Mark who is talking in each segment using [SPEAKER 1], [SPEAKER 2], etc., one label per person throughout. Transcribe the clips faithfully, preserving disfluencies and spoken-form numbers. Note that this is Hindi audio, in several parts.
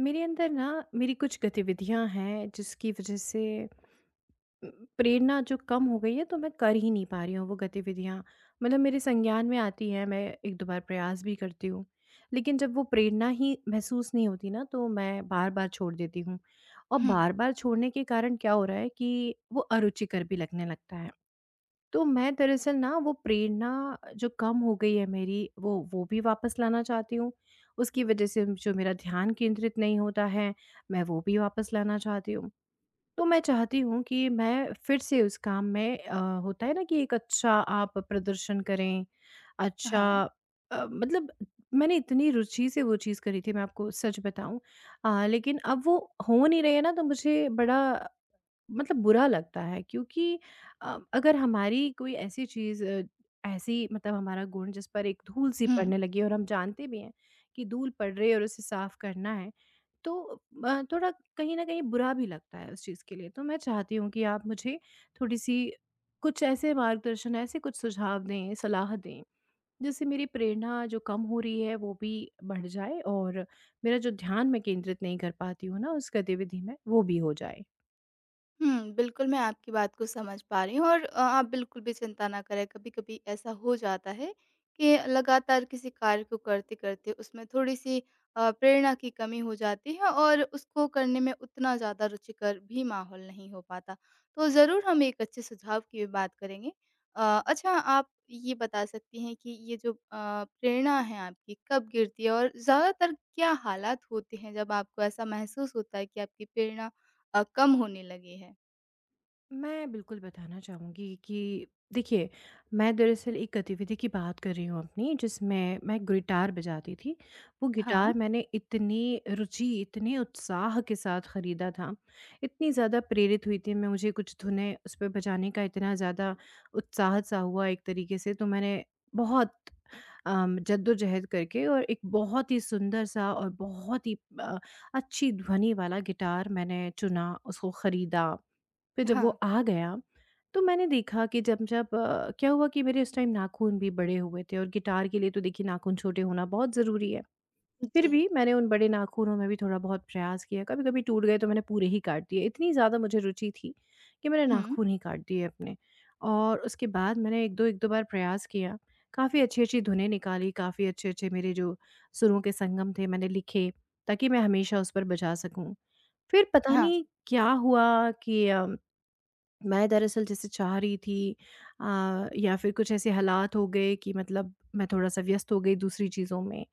[SPEAKER 1] मेरे अंदर ना मेरी कुछ गतिविधियां हैं जिसकी वजह से अ, प्रेरणा जो कम हो गई है तो मैं कर ही नहीं पा रही हूँ वो गतिविधियां मतलब मेरे संज्ञान में आती हैं। मैं एक दो बार प्रयास भी करती हूँ, लेकिन जब वो प्रेरणा ही महसूस नहीं होती ना तो मैं बार बार छोड़ देती हूँ और
[SPEAKER 2] हुँ,
[SPEAKER 1] बार बार छोड़ने के कारण क्या हो रहा है कि वो अरुचिकर भी लगने लगता है। तो मैं दरअसल ना वो प्रेरणा जो कम हो गई है मेरी वो वो भी वापस लाना चाहती हूँ। उसकी वज़ह से जो मेरा ध्यान केंद्रित नहीं होता है, मैं वो भी वापस लाना चाहती हूँ। तो मैं चाहती हूँ कि मैं फिर से उस काम में अ, होता है ना कि एक अच्छा आप प्रदर्शन करें, अच्छा।
[SPEAKER 2] हाँ।
[SPEAKER 1] अ, मतलब मैंने इतनी रुचि से वो चीज़ करी थी, मैं आपको सच बताऊँ। अ, लेकिन अब वो हो नहीं रही है ना तो मुझे बड़ा मतलब बुरा लगता है। क्योंकि अ, अगर हमारी कोई ऐसी चीज़ अ, ऐसी मतलब हमारा गुण जिस पर एक धूल सी
[SPEAKER 2] हुँ,
[SPEAKER 1] पड़ने लगी है और हम जानते भी हैं कि धूल पड़ रही है और उसे साफ करना है, तो अ, थोड़ा कहीं न कहीं बुरा भी लगता है उस चीज़ के लिए। तो मैं चाहती हूँ कि आप मुझे थोड़ी-सी कुछ ऐसे मार्गदर्शन, ऐसे कुछ सुझाव दें, सलाह दें, जिससे मेरी प्रेरणा जो कम हो रही है वो भी बढ़ जाए और मेरा जो ध्यान मैं केंद्रित नहीं कर पाती हूँ ना उस गतिविधि में, वो भी हो जाए।
[SPEAKER 2] हुँ, बिल्कुल मैं आपकी बात को समझ पा रही हूँ और अ, आप बिल्कुल भी चिंता ना करें, कभी-कभी ऐसा हो जाता है कि लगातार किसी कार्य को करते-करते उसमें थोड़ी-सी अ, प्रेरणा की कमी हो जाती है और उसको करने में उतना ज़्यादा रुचिकर भी माहौल नहीं हो पाता। तो ज़रूर हम एक अच्छे सुझाव की भी बात करेंगे। अ, अच्छा, आप ये बता सकती हैं कि ये जो अ, प्रेरणा है आपकी, कब गिरती है और ज़्यादातर क्या हालात होते हैं जब आपको ऐसा महसूस होता है कि आपकी प्रेरणा अ, कम होने लगी है?
[SPEAKER 1] मैं बिल्कुल बताना चाहूँगी कि देखिए, मैं दरअसल एक गतिविधि की बात कर रही हूँ अपनी, जिसमें मैं गिटार बजाती थी। वो
[SPEAKER 2] हाँ,
[SPEAKER 1] गिटार मैंने इतनी रुचि, इतने उत्साह के साथ खरीदा था, इतनी ज़्यादा प्रेरित हुई थी मैं, मुझे कुछ धुनें उस पे बजाने का इतना ज़्यादा उत्साह-सा हुआ एक तरीके से। तो मैंने बहुत अम, जद्दोजहद करके और एक बहुत ही सुंदर-सा और बहुत ही अ, अच्छी ध्वनि वाला गिटार मैंने चुना, उसको खरीदा। फिर जब वो
[SPEAKER 2] हाँ।
[SPEAKER 1] आ गया, तो मैंने देखा कि जब जब अ, क्या हुआ कि मेरे उस टाइम नाख़ून भी बड़े हुए थे और गिटार के लिए तो देखिए नाख़ून छोटे होना बहुत ज़रूरी है। फिर
[SPEAKER 2] जी।
[SPEAKER 1] भी मैंने उन बड़े नाख़ूनों में भी थोड़ा बहुत प्रयास किया, कभी-कभी टूट गए तो मैंने पूरे ही काट दिए। इतनी ज़्यादा मुझे रुचि थी कि मैंने
[SPEAKER 2] हुँ।
[SPEAKER 1] नाख़ून ही काट दिए अपने। और उसके बाद मैंने एक दो एक दो बार प्रयास किया, काफ़ी अच्छी-अच्छी धुनें निकाली, काफ़ी अच्छे-अच्छे मेरे जो सुरों के संगम थे मैंने लिखे, ताकि मैं हमेशा उस पर बजा सकूँ। फिर पता
[SPEAKER 2] हाँ,
[SPEAKER 1] नहीं क्या हुआ कि अ, मैं दरअसल जैसे चाह रही थी अ, या फिर कुछ ऐसे हालात हो गए कि मतलब मैं थोड़ा-सा व्यस्त हो गई दूसरी चीज़ों में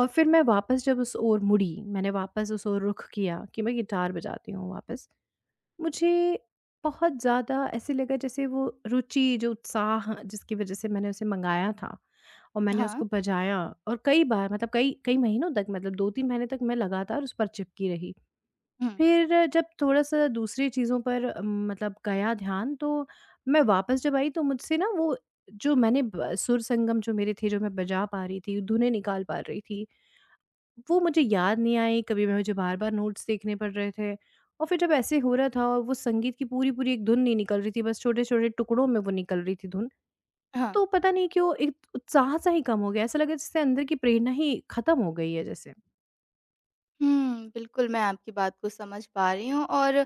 [SPEAKER 1] और फिर मैं वापस जब उस ओर मुड़ी, मैंने वापस उस ओर रुख किया कि मैं गिटार बजाती हूँ वापस। मुझे बहुत ज़्यादा ऐसे लगा जैसे वो रुचि, जो उत्साह जिसकी वज़ह से मैंने उसे मँगाया था और मैंने
[SPEAKER 2] हाँ,
[SPEAKER 1] उसको बजाया और कई बार मतलब कई कई महीनों तक, मतलब दो तीन महीने तक मैं लगातार उस पर चिपकी रही।
[SPEAKER 2] हुँ,
[SPEAKER 1] फिर जब थोड़ा-सा दूसरी चीज़ों पर अ, मतलब गया ध्यान तो मैं वापस जब आई तो मुझसे ना वो जो मैंने ब सुर संगम जो मेरे थे, जो मैं बजा पा रही थी, धुनें निकाल पा रही थी, वो मुझे याद नहीं आई। कभी मैं मुझे बार-बार नोट्स देखने पड़ रहे थे और फिर जब ऐसे हो रहा था और वो संगीत की पूरी-पूरी एक धुन नहीं निकल रही थी, बस छोटे-छोटे टुकड़ों में वो निकल रही थी धुन।
[SPEAKER 2] हाँ।
[SPEAKER 1] तो पता नहीं क्यों एक उत्साह सा ही कम हो गया। ऐसा लगा जैसे अंदर की प्रेरणा ही खत्म हो गई है जैसे।
[SPEAKER 2] हुँ, बिल्कुल, मैं आपकी बात को समझ पा रही हूँ और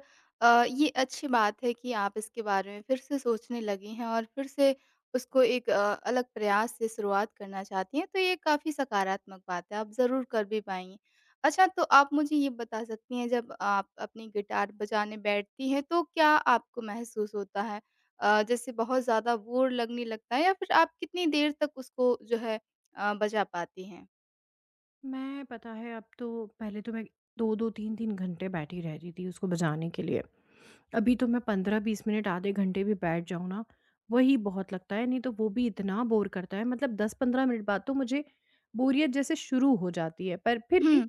[SPEAKER 2] अ, ये अच्छी बात है कि आप इसके बारे में फिर से सोचने लगी हैं और फिर से उसको एक अ, अलग प्रयास से शुरुआत करना चाहती हैं, तो ये काफ़ी सकारात्मक बात है, आप ज़रूर कर भी पाएँगी। अच्छा, तो आप मुझे ये बता सकती हैं, जब आप अपनी गिटार बजाने बैठती हैं, तो क्या आपको महसूस होता है? अ, जैसे बहुत ज़्यादा बोर लगने लगता है, या फिर आप कितनी देर तक उसको, जो है, अ, बजा पाती हैं?
[SPEAKER 1] मैं पता है अब तो, पहले तो मैं दो दो तीन तीन घंटे बैठी रहती थी उसको बजाने के लिए। अभी तो मैं पंद्रह बीस मिनट आधे घंटे भी बैठ जाऊँ ना, वही बहुत लगता है, नहीं तो वो भी इतना बोर करता है, मतलब दस पंद्रह मिनट बाद तो मुझे बोरियत जैसे शुरू हो जाती है। पर फिर भी
[SPEAKER 2] हुँ,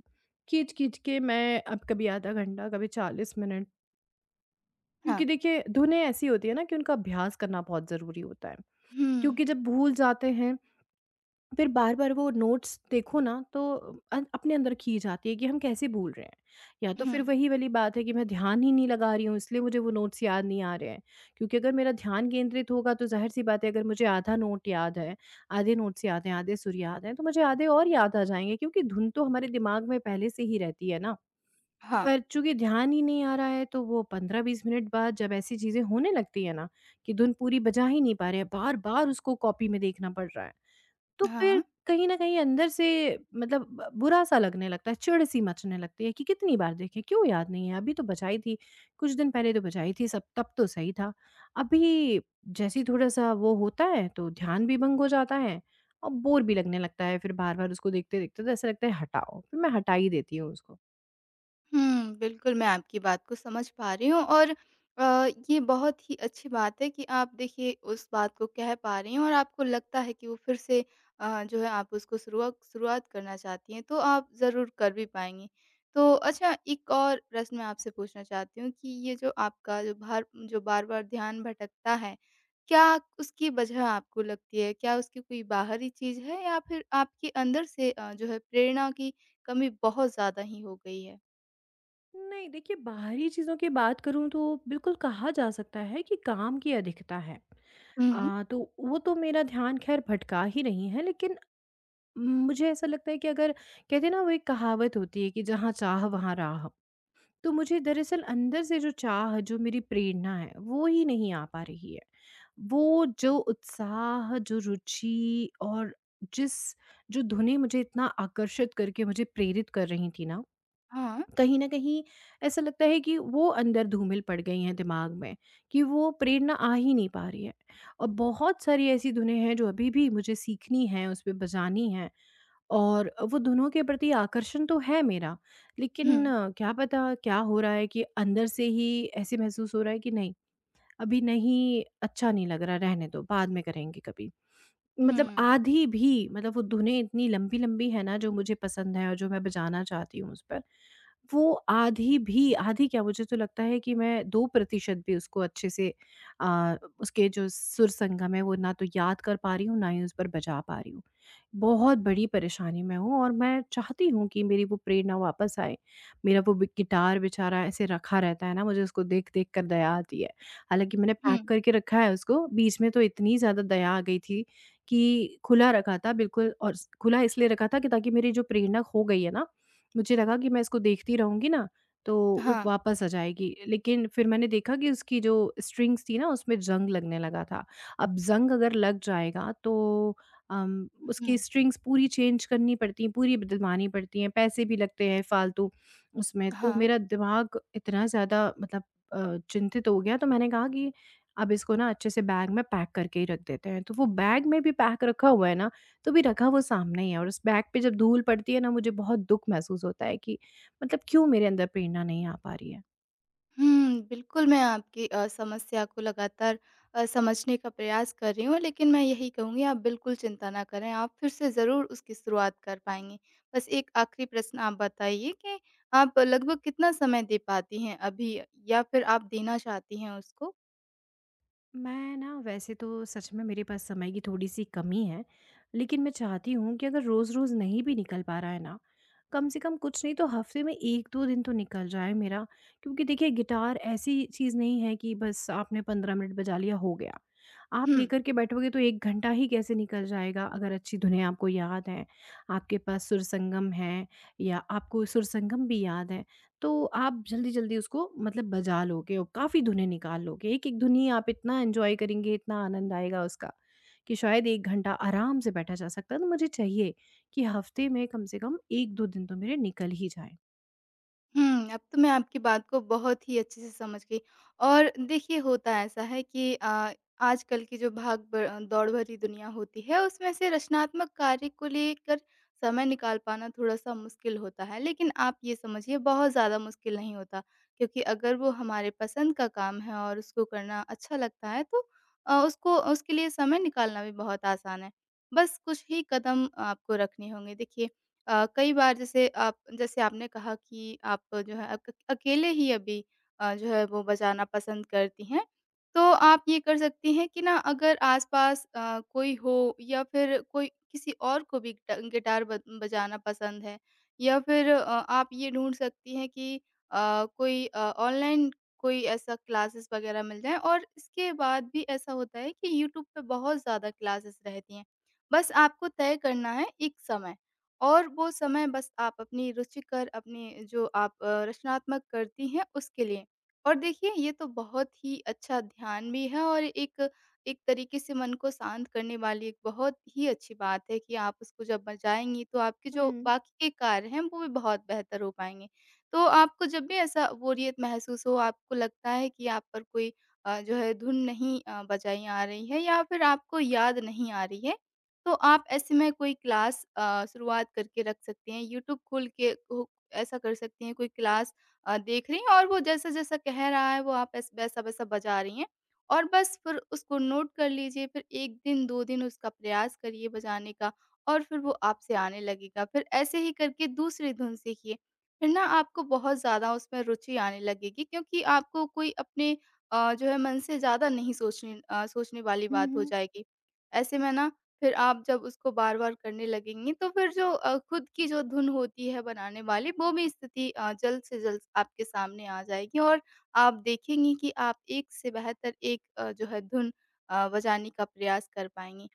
[SPEAKER 1] खींच-खींच के मैं अब कभी आधा घंटा, कभी चालीस मिनट,
[SPEAKER 2] हाँ।
[SPEAKER 1] क्योंकि देखिए धुनें ऐसी होती है ना कि उनका अभ्यास करना बहुत ज़रूरी होता है।
[SPEAKER 2] हुँ,
[SPEAKER 1] क्योंकि जब भूल जाते हैं फिर बार-बार वो नोट्स देखो ना तो अ, अपने अंदर खींच जाती है कि हम कैसे भूल रहे हैं। या तो
[SPEAKER 2] हुँ।
[SPEAKER 1] फिर वही वाली बात है कि मैं ध्यान ही नहीं लगा रही हूँ इसलिए मुझे वो नोट्स याद नहीं आ रहे हैं। क्योंकि अगर मेरा ध्यान केंद्रित होगा तो ज़ाहिर-सी बात है, अगर मुझे आधा नोट याद है, आधे नोट्स याद हैं, आधे सुर याद हैं, तो मुझे आधे और याद आ जाएँगे क्योंकि धुन तो हमारे दिमाग में पहले से ही रहती है ना।
[SPEAKER 2] हाँ,
[SPEAKER 1] पर चूँकि ध्यान ही नहीं आ रहा है तो वो पंद्रह बीस मिनट बाद जब ऐसी चीज़ें होने लगती है ना कि धुन पूरी बजा ही नहीं पा रहे हैं, बार-बार उसको कॉपी में देखना पड़ रहा है, तो
[SPEAKER 2] हाँ।
[SPEAKER 1] फिर कहीं न कहीं अंदर से मतलब ब बुरा-सा लगने लगता है, चिढ़-सी मचने लगती है कि कितनी बार देखें, क्यों याद नहीं है? अभी तो बजाई थी, कुछ दिन पहले तो बजाई थी सब, तब तो सही था। अभी जैसे ही थोड़ा-सा वो होता है तो ध्यान भी भंग हो जाता है और बोर भी लगने लगता है, फिर बार-बार उसको देखते-देखते तो ऐसा लगता है हटाओ, फिर मैं हटा ही देती हूँ उसको।
[SPEAKER 2] हुँ, बिल्कुल, मैं आपकी बात को समझ पा रही हूँ और अ, ये बहुत ही अच्छी बात है कि आप देखिए, उस बात को कह पा रही हैं और आपको लगता है कि वो फिर से, अ, जो है, आप उसको शुरुआ शुरुआत करना चाहती हैं, तो आप ज़रूर कर भी पाएँगी। तो अच्छा, एक और प्रश्न मैं आपसे पूछना चाहती हूँ कि ये जो आपका जो भार जो बार-बार ध्यान भटकता है, क्या उसकी वजह आपको लगती है? क्या उसकी कोई बाहरी चीज़ है, या फिर आपके अंदर से, अ, जो है, प्रेरणा की कमी बहुत ज़्यादा ही हो गई है?
[SPEAKER 1] नहीं, देखिए बाहरी चीज़ों की बात करूँ तो बिल्कुल कहा जा सकता है कि काम की अधिकता है।
[SPEAKER 2] हुँ,
[SPEAKER 1] अ, तो वो तो मेरा ध्यान ख़ैर भटका ही रही है, लेकिन मुझे ऐसा लगता है कि अगर कहते हैं ना वो एक कहावत होती है कि जहाँ चाह वहाँ राह, तो मुझे दरअसल अंदर से जो चाह, जो मेरी प्रेरणा है वो ही नहीं आ पा रही है। वो जो उत्साह, जो रुचि और जिस जो धुनें मुझे इतना आकर्षित करके मुझे प्रेरित कर रही थी ना,
[SPEAKER 2] हाँ।
[SPEAKER 1] कहीं ना कहीं ऐसा लगता है कि वो अंदर धूमिल पड़ गई हैं दिमाग में, कि वो प्रेरणा आ ही नहीं पा रही है। और बहुत सारी ऐसी धुनें हैं जो अभी भी मुझे सीखनी है, उस पर बजानी है, और वो दोनों के प्रति आकर्षण तो है मेरा, लेकिन
[SPEAKER 2] हुँ,
[SPEAKER 1] अ, क्या पता क्या हो रहा है कि अंदर से ही ऐसे महसूस हो रहा है कि नहीं, अभी नहीं, अच्छा नहीं लग रहा, रहने दो, बाद में करेंगे कभी। मतलब
[SPEAKER 2] हुँ,
[SPEAKER 1] आधी भी, मतलब वो धुनें इतनी लंबी-लंबी है ना जो मुझे पसंद है और जो मैं बजाना चाहती हूँ उस पर, वो आधी भी, आधी क्या, मुझे तो लगता है कि मैं दो प्रतिशत भी उसको अच्छे से अ, उसके जो सुर संगम है वो ना तो याद कर पा रही हूँ, ना ही उस पर बजा पा रही हूँ। बहुत बड़ी परेशानी में हूँ और मैं चाहती हूँ कि मेरी वो प्रेरणा वापस आए। मेरा वो बि गिटार बेचारा ऐसे रखा रहता है ना, मुझे उसको देख-देख कर दया आती है। हालाँकि मैंने
[SPEAKER 2] हुँ,
[SPEAKER 1] पैक करके रखा है उसको, बीच में तो इतनी ज़्यादा दया आ गई थी कि खुला रखा था बिल्कुल, और स खुला इसलिए रखा था कि ताकि मेरी जो प्रेरणा खो गई है ना, मुझे लगा कि मैं इसको देखती रहूँगी ना, तो वो
[SPEAKER 2] हाँ,
[SPEAKER 1] वापस आ जाएगी। लेकिन फिर मैंने देखा कि उसकी जो स्ट्रिंग्स थी ना, उसमें ज़ंग लगने लगा था। अब ज़ंग अगर लग जाएगा तो अम, उसकी
[SPEAKER 2] हुँ,
[SPEAKER 1] स्ट्रिंग्स पूरी चेंज करनी पड़ती हैं, पूरी बदलवानी पड़ती हैं, पैसे भी लगते हैं फ़ालतू उसमें। तो
[SPEAKER 2] हाँ।
[SPEAKER 1] मेरा दिमाग इतना ज़्यादा मतलब अ, चिंतित हो गया, तो मैंने कहा कि अब इसको ना अच्छे से बैग में पैक करके ही रख देते हैं। तो वो बैग में भी पैक रखा हुआ है ना, तो भी रखा वो सामने ही है और उस बैग पे जब धूल पड़ती है ना, मुझे बहुत दुःख महसूस होता है कि मतलब क्यों मेरे अंदर प्रेरणा नहीं आ पा रही है।
[SPEAKER 2] हुँ, बिल्कुल, मैं आपकी अ, समस्या को लगातार अ, समझने का प्रयास कर रही हूँ, लेकिन मैं यही कहूँगी, आप बिल्कुल चिंता ना करें, आप फिर से ज़रूर उसकी शुरुआत कर पाएँगी। बस एक आखिरी प्रश्न, आप बताइए कि आप लगभग कितना समय दे पाती हैं अभी, या फिर आप देना चाहती हैं उसको?
[SPEAKER 1] मैं ना वैसे तो सच में मेरे पास समय की थोड़ी-सी कमी है, लेकिन मैं चाहती हूँ कि अगर रोज़-रोज़ नहीं भी निकल पा रहा है ना, कम से कम कुछ नहीं तो हफ़्ते में एक दो दिन तो निकल जाए मेरा। क्योंकि देखिए गिटार ऐसी चीज़ नहीं है कि बस आपने पंद्रह मिनट बजा लिया, हो गया। आप
[SPEAKER 2] हुँ।
[SPEAKER 1] लेकर के बैठोगे तो एक घंटा ही कैसे निकल जाएगा, अगर अच्छी धुनें आपको याद हैं, आपके पास सुर संगम है या आपको सुर संगम भी याद है, तो आप जल्दी-जल्दी उसको मतलब बजा लोगे और काफ़ी धुनें निकाल लोगे। एक-एक धुन ही आप इतना एन्जॉय करेंगे, इतना आनंद आएगा उसका कि शायद एक घंटा आराम से बैठा जा सकता है। तो मुझे चाहिए कि हफ़्ते में कम से कम एक दो दिन तो मेरे निकल ही जाएँ।
[SPEAKER 2] हुँ, अब तो मैं आपकी बात को बहुत ही अच्छे से समझ गई। और देखिए, होता ऐसा है कि अ, आजकल की जो भाग ब दौड़ भरी दुनिया होती है, उसमें से रचनात्मक कार्य को लेकर समय निकाल पाना थोड़ा-सा मुश्किल होता है। लेकिन आप ये समझिए, बहुत ज़्यादा मुश्किल नहीं होता, क्योंकि अगर वो हमारे पसंद का काम है और उसको करना अच्छा लगता है, तो अ, उसको, उसके लिए समय निकालना भी बहुत आसान है। बस कुछ ही कदम आपको रखने होंगे। देखिए, अ, कई बार, जैसे आप जैसे आपने कहा कि आप, जो है, अक अकेले ही अभी अ, जो है, वो बजाना पसंद करती हैं। तो आप ये कर सकती हैं कि ना, अगर आस-पास अ, कोई हो या फिर कोई किसी और को भी ट गिटार ब बजाना पसंद है, या फिर अ, आप ये ढूँढ सकती हैं कि अ, कोई अ, ऑनलाइन कोई ऐसा क्लासेस वग़ैरह मिल जाएँ, और इसके बाद भी ऐसा होता है कि यूट्यूब पे बहुत ज़्यादा क्लासेस रहती हैं। बस आपको तय करना है एक समय। और वो समय बस आप अपनी रुचिकर, अपनी जो आप अ, रचनात्मक करती हैं, उसके लिए। और देखिए, ये तो बहुत ही अच्छा ध्यान भी है, और एक एक तरीके से मन को शांत करने वाली एक बहुत ही अच्छी बात है कि आप उसको जब बजाएँगी, तो आपके जो
[SPEAKER 1] हुँ।
[SPEAKER 2] बाकी के कार्य हैं, वो भी बहुत बेहतर हो पाएँगे। तो आपको जब भी ऐसा बोरियत महसूस हो, आपको लगता है कि आप पर कोई अ, जो है धुन नहीं अ, बजाई आ रही है, या फिर आपको याद नहीं आ रही है, तो आप ऐसे में कोई क्लास अ, शुरुआत करके रख सकते हैं, यूट्यूब खोल के हो, ऐसा कर सकती हैं, कोई क्लास अ, देख रही हैं और वो जैसा-जैसा कह रहा है, वो आप ऐस वैसा-वैसा बजा रही हैं, और बस फिर उसको नोट कर लीजिए, फिर एक दिन, दो दिन उसका प्रयास करिए बजाने का, और फिर वो आपसे आने लगेगा। फिर ऐसे ही करके दूसरी धुन सीखिए, फिर ना आपको बहुत ज़्यादा उसमें रुचि आने लगेगी, क्योंकि आपको कोई अपने अ, जो है, मन से ज़्यादा नहीं सोचने अ, सोचने वाली
[SPEAKER 1] हुँ,
[SPEAKER 2] बात हो
[SPEAKER 1] हुँ।
[SPEAKER 2] जाएगी। ऐसे में ना, फिर आप जब उसको बार-बार करने लगेंगी, तो फिर जो अ, खुद की जो धुन होती है बनाने वाली, वो भी स्थिति अ, जल्द से जल्द आपके सामने आ जाएगी, और आप देखेंगी कि आप एक से बेहतर एक अ, जो है धुन अ, बजाने का प्रयास कर पाएँगी।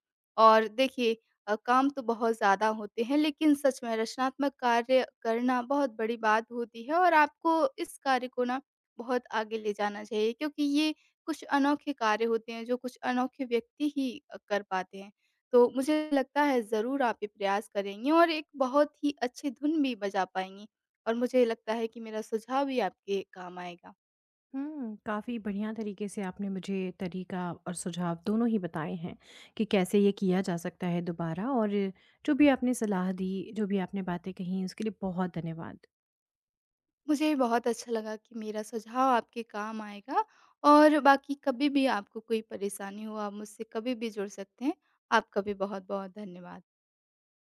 [SPEAKER 2] और देखिए, अ, काम तो बहुत ज़्यादा होते हैं, लेकिन सच में रचनात्मक कार्य करना बहुत बड़ी बात होती है, और आपको इस कार्य को ना बहुत आगे ले जाना चाहिए, क्योंकि ये कुछ अनोखे कार्य होते हैं जो कुछ अनोखे व्यक्ति ही अ, कर पाते हैं। तो मुझे लगता है ज़रूर आप ये प्रयास करेंगी और एक बहुत ही अच्छी धुन भी बजा पाएँगी, और मुझे लगता है कि मेरा सुझाव भी आपके काम आएगा।
[SPEAKER 1] हुँ, काफ़ी बढ़िया तरीके से आपने मुझे तरीका और सुझाव दोनों ही बताए हैं कि कैसे ये किया जा सकता है दोबारा, और जो भी आपने सलाह दी, जो भी आपने बातें कहीं उसके लिए बहुत धन्यवाद।
[SPEAKER 2] मुझे भी बहुत अच्छा लगा कि मेरा सुझाव आपके काम आएगा, और बाकी कभी भी आपको कोई परेशानी हो, आप मुझसे कभी भी जुड़ सकते हैं। आपका भी बहुत-बहुत धन्यवाद।